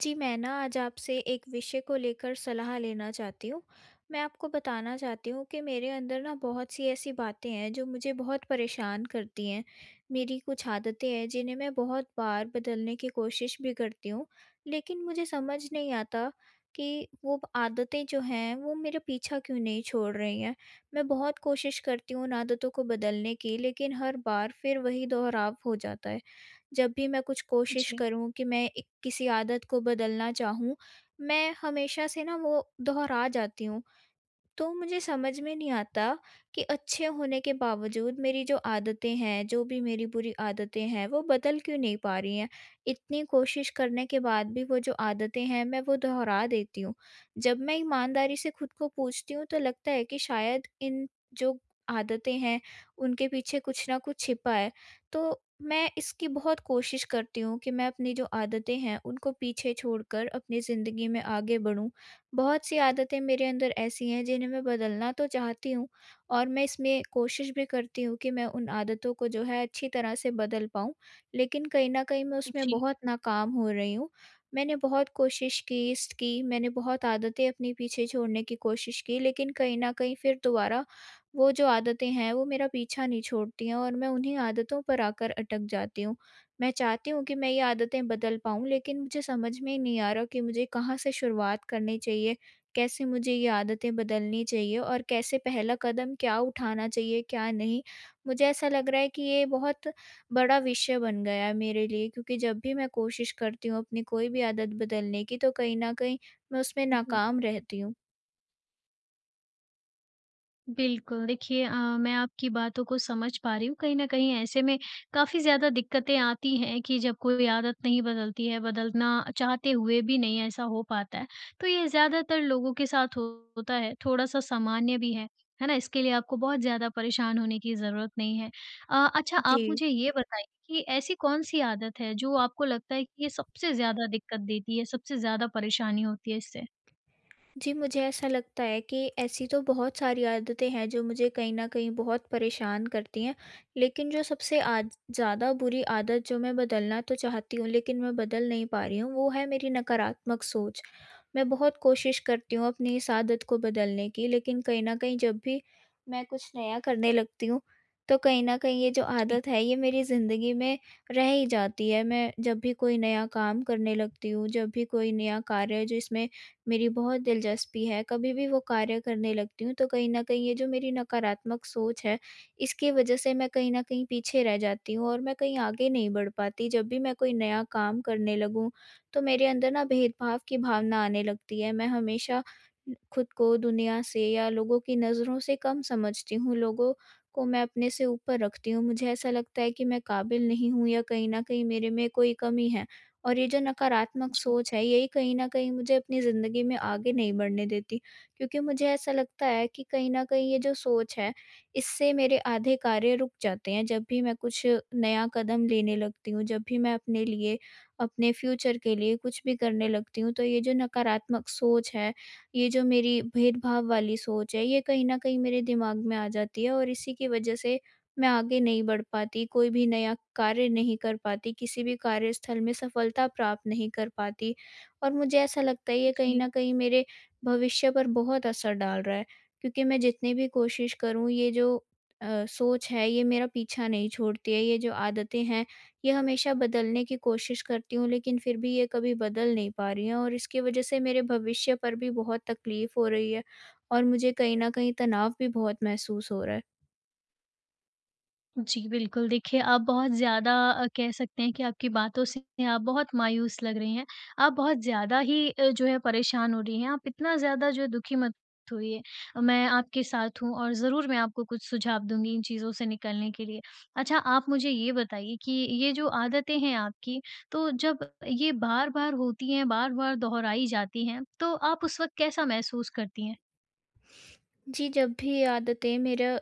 जी, मैं ना आज आपसे एक विषय को लेकर सलाह लेना चाहती हूँ। मैं आपको बताना चाहती हूँ कि मेरे अंदर ना बहुत सी ऐसी बातें हैं जो मुझे बहुत परेशान करती हैं। मेरी कुछ आदतें हैं जिन्हें मैं बहुत बार बदलने की कोशिश भी करती हूँ, लेकिन मुझे समझ नहीं आता कि वो ब आदतें जो हैं वो मेरा पीछा क्यों नहीं छोड़ रही हैं। मैं बहुत कोशिश करती हूँ उन आदतों को बदलने की, लेकिन हर बार फिर वही दोहराव हो जाता है। जब भी मैं कुछ कोशिश जी, करूँ कि मैं एक किसी आदत को बदलना चाहूँ, मैं हमेशा से ना वो दोहरा जाती हूँ। तो मुझे समझ में नहीं आता कि अच्छे होने के बावजूद मेरी जो आदतें हैं, जो भी मेरी बुरी आदतें हैं, वो बदल क्यों नहीं पा रही हैं। इतनी कोशिश करने के बाद भी वो जो आदतें हैं, मैं वो दोहरा देती हूँ। जब मैं ईमानदारी से खुद को पूछती हूँ, तो लगता है कि शायद इन जो आदतें हैं, उनके पीछे कुछ ना कुछ छिपा है। तो मैं इसकी बहुत कोशिश करती हूँ कि मैं अपनी जो आदतें हैं, उनको पीछे छोड़कर अपनी ज़िंदगी में आगे बढ़ूँ। बहुत सी आदतें मेरे अंदर ऐसी हैं जिन्हें मैं बदलना तो चाहती हूँ और मैं इसमें कोशिश भी करती हूँ कि मैं उन आदतों को, जो है, अच्छी तरह से बदल पाऊँ। लेकिन कहीं न कहीं मैं उसमें जी, बहुत नाकाम हो रही हूँ। मैंने बहुत कोशिश की, मैंने बहुत आदतें अपने पीछे छोड़ने की कोशिश की, लेकिन कहीं न कहीं फिर दोबारा वो जो आदतें हैं वो मेरा पीछा नहीं छोड़ती हैं और मैं उन्हीं आदतों पर आकर अटक जाती हूँ। मैं चाहती हूँ कि मैं ये आदतें बदल पाऊँ, लेकिन मुझे समझ में ही नहीं आ रहा कि मुझे कहाँ से शुरुआत करनी चाहिए? कैसे मुझे ये आदतें बदलनी चाहिए, और कैसे पहला कदम क्या उठाना चाहिए, क्या नहीं? मुझे ऐसा लग रहा है कि ये बहुत बड़ा विषय बन गया है मेरे लिए, क्योंकि जब भी मैं कोशिश करती हूँ अपनी कोई भी आदत बदलने की, तो कहीं न कहीं मैं उसमें जी। नाकाम रहती हूँ। बिल्कुल, देखिए मैं आपकी बातों को समझ पा रही हूँ, कहीं न कहीं ऐसे में काफ़ी ज़्यादा दिक्कतें आती हैं कि जब कोई आदत नहीं बदलती है, बदलना चाहते हुए भी नहीं ऐसा हो पाता है। तो ये ज़्यादातर लोगों के साथ होता है, थोड़ा-सा सामान्य भी है ना? इसके लिए आपको बहुत ज़्यादा परेशान होने की ज़रूरत नहीं है। अच्छा जी। आप मुझे ये बताइए कि ऐसी कौन-सी आदत है जो आपको लगता है कि ये सबसे ज़्यादा दिक्कत देती है, सबसे ज़्यादा परेशानी होती है इससे? जी, मुझे ऐसा लगता है कि ऐसी तो बहुत सारी आदतें हैं जो मुझे कहीं न कहीं बहुत परेशान करती हैं। लेकिन जो सबसे आज ज़्यादा बुरी आदत जो मैं बदलना तो चाहती हूँ, लेकिन मैं बदल नहीं पा रही हूँ, वो है मेरी नकारात्मक सोच। मैं बहुत कोशिश करती हूँ अपनी इस आदत को बदलने की, लेकिन कहीं न कहीं जब भी मैं कुछ नया करने लगती हूँ, तो कहीं न कहीं ये जो जी, आदत है ये मेरी ज़िंदगी में रह ही जाती है। मैं जब भी कोई नया काम करने लगती हूँ, जब भी कोई नया कार्य जिसमें मेरी बहुत दिलचस्पी है, कभी भी वो कार्य करने लगती हूँ, तो कहीं न कहीं ये जो मेरी नकारात्मक सोच है, इसकी वजह से मैं कहीं न कहीं पीछे रह जाती हूँ और मैं कहीं आगे नहीं बढ़ पाती। जब भी मैं कोई नया काम करने लगूँ, तो मेरे अंदर ना भेदभाव की भावना आने लगती है। मैं हमेशा खुद को दुनिया से या लोगों की नज़रों से कम समझती हूँ, लोगों को मैं अपने से ऊपर रखती हूँ। मुझे ऐसा लगता है कि मैं काबिल नहीं हूँ या कहीं न कहीं मेरे में कोई कमी है। और ये जो नकारात्मक जी, सोच है, यही कहीं न कहीं मुझे अपनी ज़िंदगी में आगे नहीं बढ़ने देती। क्योंकि मुझे ऐसा लगता है कि कहीं न कहीं ये जो सोच है, इससे मेरे आधे कार्य रुक जाते हैं। जब भी मैं कुछ नया कदम लेने लगती हूँ, जब भी मैं अपने लिए, अपने फ्यूचर के लिए कुछ भी करने लगती हूँ, तो ये जो नकारात्मक सोच है, ये जो मेरी भेदभाव वाली सोच है, ये कहीं न कहीं मेरे दिमाग में आ जाती है और इसी की वजह से मैं आगे नहीं बढ़ पाती, कोई भी नया कार्य नहीं कर पाती, किसी भी कार्यस्थल में सफलता प्राप्त नहीं कर पाती, और मुझे ऐसा लगता है ये कहीं जी। न कहीं मेरे भविष्य पर बहुत असर डाल रहा है। क्योंकि मैं जितनी भी कोशिश करूँ, ये जो सोच है ये मेरा पीछा नहीं छोड़ती है, ये जो आदतें हैं ये हमेशा बदलने की कोशिश करती हूँ, लेकिन फिर भी ये कभी बदल नहीं पा रही हैं और इसकी वजह से मेरे भविष्य पर भी बहुत तकलीफ़ हो रही है और मुझे कहीं न कहीं तनाव भी बहुत महसूस हो रहा है। जी, बिल्कुल। देखिए, आप बहुत ज़्यादा कह सकते हैं कि आपकी बातों से आप बहुत मायूस लग रही हैं। आप बहुत ज़्यादा ही जो है परेशान हो रही हैं। आप इतना ज़्यादा जो है दुखी मत होइए। मैं आपके साथ हूँ और ज़रूर मैं आपको कुछ सुझाव दूँगी इन चीज़ों से निकलने के लिए। अच्छा, आप मुझे ये बताइए कि ये जो आदतें हैं आपकी, तो जब ये बार-बार होती हैं, बार-बार दोहराई जाती हैं, तो आप उस वक़्त कैसा महसूस करती हैं? जी, जब भी ये आदतें मेरा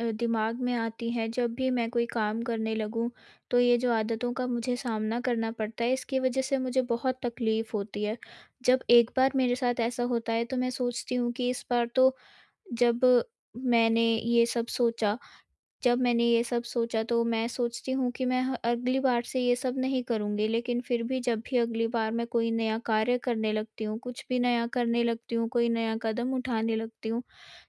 दिमाग में आती हैं, जब भी मैं कोई काम करने लगूँ, तो ये जो आदतों का मुझे सामना करना पड़ता है, इसकी वजह से मुझे बहुत तकलीफ़ होती है। जब एक बार मेरे साथ ऐसा होता है, तो मैं सोचती हूँ कि इस बार तो जब मैंने ये सब सोचा जब मैंने ये सब सोचा, तो मैं सोचती हूँ कि मैं ह अगली बार से ये सब नहीं करूँगी। लेकिन फिर भी जब भी अगली बार मैं कोई नया कार्य करने लगती हूँ, कुछ भी नया करने लगती हूँ, कोई नया कदम उठाने लगती हूँ,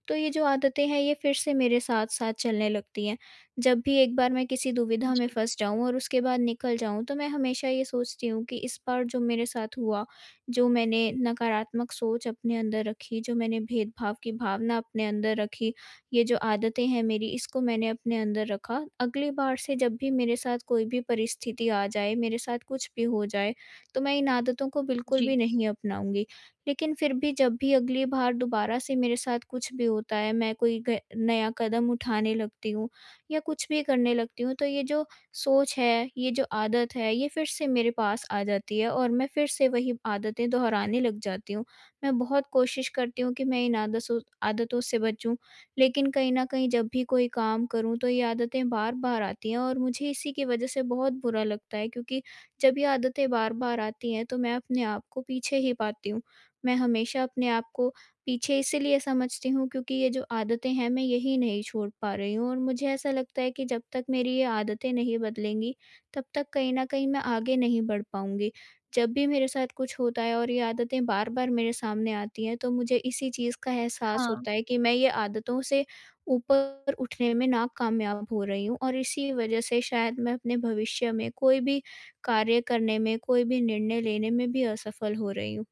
तो ये जो आदतें हैं ये फिर से मेरे साथ-साथ चलने लगती हैं। जब भी एक बार मैं किसी दुविधा में जी, फँस जाऊँ और उसके बाद निकल जाऊँ, तो मैं हमेशा ये सोचती हूँ कि इस बार जो मेरे साथ हुआ, जो मैंने नकारात्मक सोच अपने अंदर रखी, जो मैंने भेदभाव की भावना अपने अंदर रखी, ये जो आदतें हैं मेरी, इसको मैंने अपने अंदर रखा। अगली बार से जब भी मेरे साथ कोई भी परिस्थिति आ जाए, मेरे साथ कुछ भी हो जाए, तो मैं इन आदतों को बिल्कुल जी। भी नहीं अपनाऊँगी। लेकिन फिर भी जब भी अगली बार दोबारा से मेरे साथ कुछ भी होता है, मैं कोई ग नया कदम उठाने लगती हूँ या कुछ भी करने लगती हूँ, तो ये जो सोच है, ये जो आदत है, ये फिर से मेरे पास आ जाती है और मैं फिर से वही आदतें दोहराने लग जाती हूँ। मैं बहुत कोशिश करती हूँ कि मैं इन आदसों आदतों से बचूँ, लेकिन कहीं न कहीं जब भी कोई काम करूँ, तो ये आदतें बार-बार आती हैं और मुझे इसी की वजह से बहुत बुरा लगता है, क्योंकि जब ये आदतें बार-बार आती हैं, तो मैं अपने आप को पीछे ही पाती हूँ। मैं हमेशा अपने आप को पीछे इसीलिए समझती हूँ, क्योंकि ये जो आदतें हैं मैं यही नहीं छोड़ पा रही हूँ, और मुझे ऐसा लगता है कि जब तक मेरी ये आदतें नहीं बदलेंगी, तब तक कहीं न कहीं मैं आगे नहीं बढ़ पाऊँगी। जब भी मेरे साथ कुछ होता है और ये आदतें बार-बार मेरे सामने आती हैं, तो मुझे इसी चीज़ का एहसास हाँ। होता है कि मैं ये आदतों से ऊपर उठने में नाकामयाब हो रही हूँ, और इसी वजह से शायद मैं अपने भविष्य में कोई भी कार्य करने में, कोई भी निर्णय लेने में भी असफल हो रही हूँ।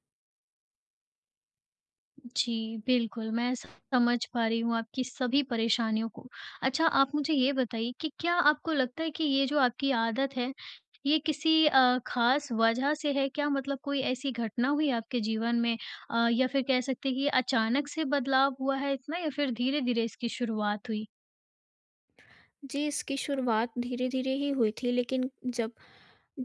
जी, बिल्कुल, समझ पा रही हूँ आपकी सभी परेशानियों को। अच्छा, आप मुझे ये बताइए कि क्या आपको लगता है कि ये जो आपकी आदत है, ये किसी ख़ास वजह से है क्या? मतलब कोई ऐसी घटना हुई आपके जीवन में या फिर कह सकते हैं कि ये अचानक से बदलाव हुआ है इतना या फिर धीरे-धीरे इसकी शुरुआत हुई? जी, इसकी शुरुआत धीरे-धीरे ही हुई थी, लेकिन जब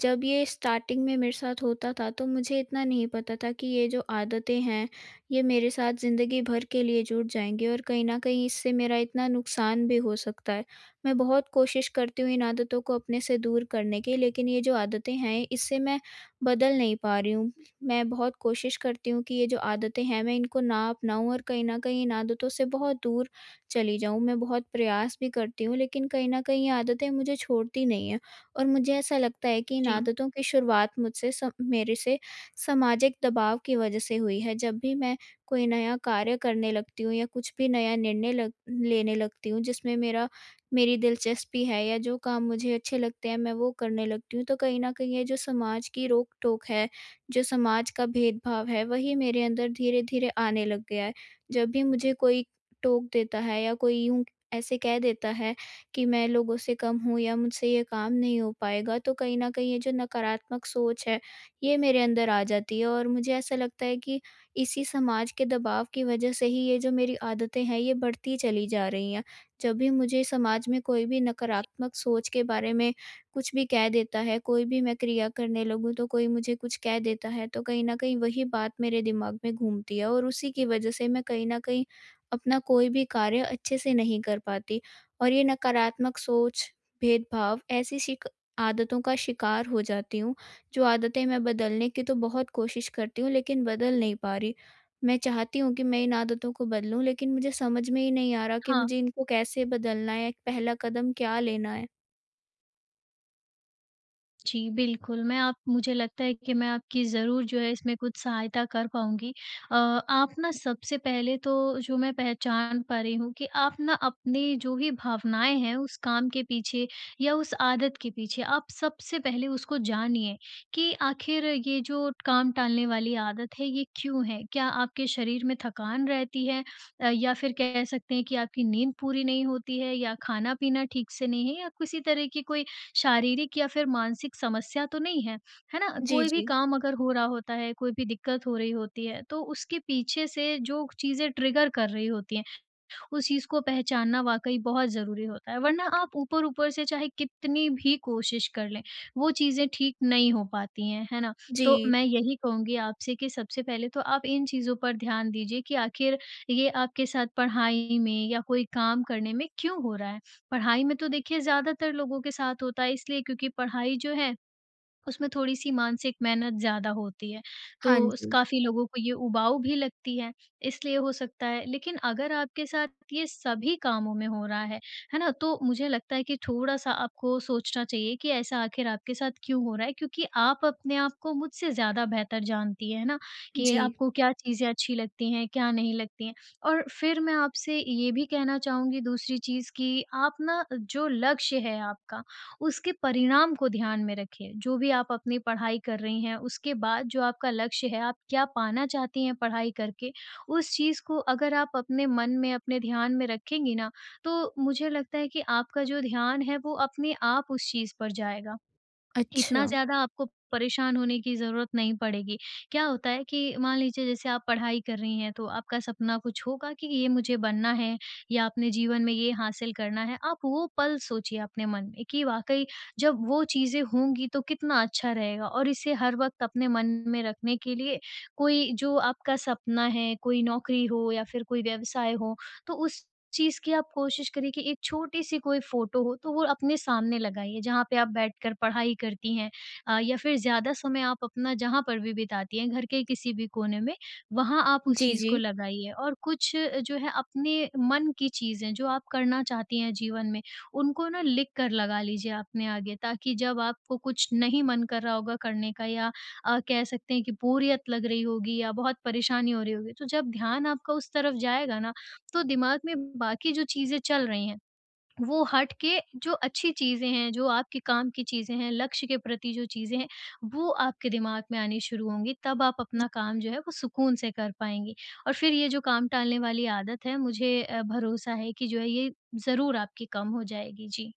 जब ये स्टार्टिंग में मेरे साथ होता था, तो मुझे इतना नहीं पता था कि ये जो आदतें हैं ये मेरे साथ ज़िंदगी भर के लिए जुड़ जाएँगी और कहीं न कहीं इससे मेरा इतना नुकसान भी हो सकता है। मैं बहुत कोशिश करती हूँ इन आदतों को अपने से दूर करने की, लेकिन ये जो आदतें हैं इससे मैं बदल नहीं पा रही हूँ। मैं बहुत कोशिश करती हूँ कि ये जो आदतें हैं मैं इनको ना अपनाऊँ और कहीं न कहीं इन आदतों से बहुत दूर चली जाऊँ। मैं बहुत प्रयास भी करती हूँ, लेकिन कहीं न कहीं ये आदतें मुझे छोड़ती नहीं हैं। और मुझे ऐसा लगता है कि इन जी, आदतों की शुरुआत मुझसे स मेरे से सामाजिक दबाव की वजह से हुई है। जब भी मैं कोई नया कार्य करने लगती हूँ या कुछ भी नया निर्णय लग लेने लगती हूँ जिसमें मेरा मेरी दिलचस्पी है या जो काम मुझे अच्छे लगते हैं मैं वो करने लगती हूँ, तो कहीं न कहीं ये जो समाज की रोक-टोक है, जो समाज का भेदभाव है, वही मेरे अंदर धीरे-धीरे आने लग गया है। जब भी मुझे कोई टोक देता है या कोई यूँ ऐसे कह देता है कि मैं लोगों से कम हूँ या मुझसे ये काम नहीं हो पाएगा, तो कहीं न कहीं ये जो नकारात्मक सोच है, ये मेरे अंदर आ जाती है और मुझे ऐसा लगता है कि इसी समाज के दबाव की वजह से ही ये जो मेरी आदतें हैं, ये बढ़ती चली जा रही हैं। जब भी मुझे समाज में कोई भी नकारात्मक सोच के बारे में कुछ भी कह देता है, कोई भी मैं क्रिया करने लगूँ तो कोई मुझे कुछ कह देता है, तो कहीं न कहीं वही बात मेरे दिमाग में घूमती है और उसी की वजह से मैं कहीं न कहीं अपना कोई भी कार्य अच्छे से नहीं कर पाती। और ये नकारात्मक सोच, भेदभाव, ऐसी शिक आदतों का शिकार हो जाती हूँ, जो आदतें मैं बदलने की तो बहुत कोशिश करती हूँ, लेकिन बदल नहीं पा रही। मैं चाहती हूँ कि मैं इन आदतों को बदलूँ, लेकिन मुझे समझ में ही नहीं आ रहा कि हाँ। मुझे इनको कैसे बदलना है? पहला कदम क्या लेना है? जी, बिल्कुल, मैं आप मुझे लगता है कि मैं आपकी ज़रूर जो है इसमें कुछ सहायता कर पाऊँगी। आप ना सबसे पहले तो जो मैं पहचान पा रही हूँ कि आप ना अपनी जो भी भावनाएँ हैं उस काम के पीछे या उस आदत के पीछे, आप सबसे पहले उसको जानिए कि आखिर ये जो काम टालने वाली आदत है ये क्यों है? क्या आपके शरीर में थकान रहती है या फिर कह सकते हैं कि आपकी नींद पूरी नहीं होती है या खाना-पीना ठीक से नहीं है या किसी तरह की कोई शारीरिक या फिर मानसिक समस्या तो नहीं है, है ना? जी, कोई भी जी। काम अगर हो रहा होता है, कोई भी दिक्कत हो रही होती है, तो उसके पीछे से जो चीज़ें ट्रिगर कर रही होती हैं उस चीज़ को पहचानना वाक़ई बहुत ज़रूरी होता है, वरना आप ऊपर-ऊपर से चाहे कितनी भी कोशिश कर लें, वो चीज़ें ठीक नहीं हो पाती हैं, है ना? जी। तो मैं यही कहूँगी आपसे कि सबसे पहले तो आप इन चीज़ों पर ध्यान दीजिए कि आखिर ये आपके साथ पढ़ाई में या कोई काम करने में क्यों हो रहा है? पढ़ाई में तो देखिए ज़्यादातर लोगों के साथ होता है इसलिए क्योंकि पढ़ाई जो है उसमें थोड़ी-सी मानसिक मेहनत ज़्यादा होती है, तो हाँ स जी। काफ़ी लोगों को ये उबाऊ भी लगती है, इसलिए हो सकता है। लेकिन अगर आपके साथ ये सभी कामों में हो रहा है ना? तो मुझे लगता है कि थोड़ा-सा आपको सोचना चाहिए कि ऐसा आखिर आपके साथ क्यों हो रहा है? क्योंकि आप अपने आप को मुझसे ज़्यादा बेहतर जानती हैं, है ना? कि जी। आपको क्या चीज़ें अच्छी लगती हैं, क्या नहीं लगती हैं। और फिर मैं आपसे ये भी कहना चाहूँगी दूसरी चीज़ कि आप ना जो लक्ष्य है आपका उसके परिणाम को ध्यान में रखें। जो भी आप अपनी पढ़ाई कर रही हैं, उसके बाद जो आपका लक्ष्य है, आप क्या पाना चाहती हैं पढ़ाई करके, उस चीज़ को अगर आप अपने मन में, अपने ध्यान में रखेंगी ना, तो मुझे लगता है कि आपका जो ध्यान है, वो अपने आप उस चीज़ पर जाएगा। इतना अच्छा। ज़्यादा आपको परेशान होने की ज़रूरत नहीं पड़ेगी। क्या होता है कि मान लीजिए जैसे आप पढ़ाई कर रही हैं, तो आपका सपना कुछ होगा कि ये मुझे बनना है या अपने जीवन में ये हासिल करना है। आप वो पल सोचिए अपने मन में कि वाक़ई जब वो चीज़ें होंगी तो कितना अच्छा रहेगा और इसे हर वक़्त अपने मन में रखने के लिए कोई जो आपका सपना है, कोई नौकरी हो या फिर कोई व्यवसाय हो, तो उस चीज़ की आप कोशिश करिए कि एक छोटी-सी कोई फ़ोटो हो तो वो अपने सामने लगाइए, जहाँ पे आप बैठकर पढ़ाई करती हैं या फिर ज़्यादा समय आप अपना जहाँ पर भी बिताती हैं, घर के किसी भी कोने में, वहाँ आप उस जी, चीज़ जी। को लगाइए। और कुछ जो है अपने मन की चीज़ें जो आप करना चाहती हैं जीवन में, उनको ना लिख कर लगा लीजिए अपने आगे ताकि जब आपको कुछ नहीं मन कर रहा होगा करने का या कह सकते हैं कि बोरियत लग रही होगी या बहुत परेशानी हो रही होगी, तो जब ध्यान आपका उस तरफ जाएगा ना तो दिमाग में बाकी जो चीज़ें चल रही हैं, वो हट के जो अच्छी चीज़ें हैं, जो आपके काम की चीज़ें हैं, लक्ष्य के प्रति जो चीज़ें हैं, वो आपके दिमाग में आनी शुरू होंगी, तब आप अपना काम जो है वो सुकून से कर पाएँगी। और फिर ये जो काम टालने वाली आदत है, मुझे भरोसा है कि जो है ये ज़रूर आपकी कम हो जाएगी। जी,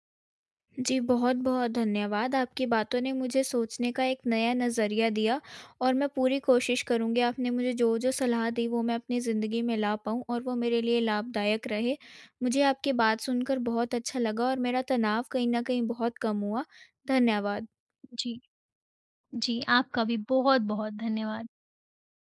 जी, बहुत-बहुत धन्यवाद। आपकी बातों ने मुझे सोचने का एक नया नज़रिया दिया और मैं पूरी कोशिश करूँगी आपने मुझे जो-जो सलाह दी वो मैं अपनी ज़िंदगी में ला पाऊँ और वो मेरे लिए लाभदायक रहे। मुझे आपकी बात सुनकर बहुत अच्छा लगा और मेरा तनाव कहीं न कहीं बहुत कम हुआ। धन्यवाद। जी, जी, आपका भी बहुत-बहुत धन्यवाद।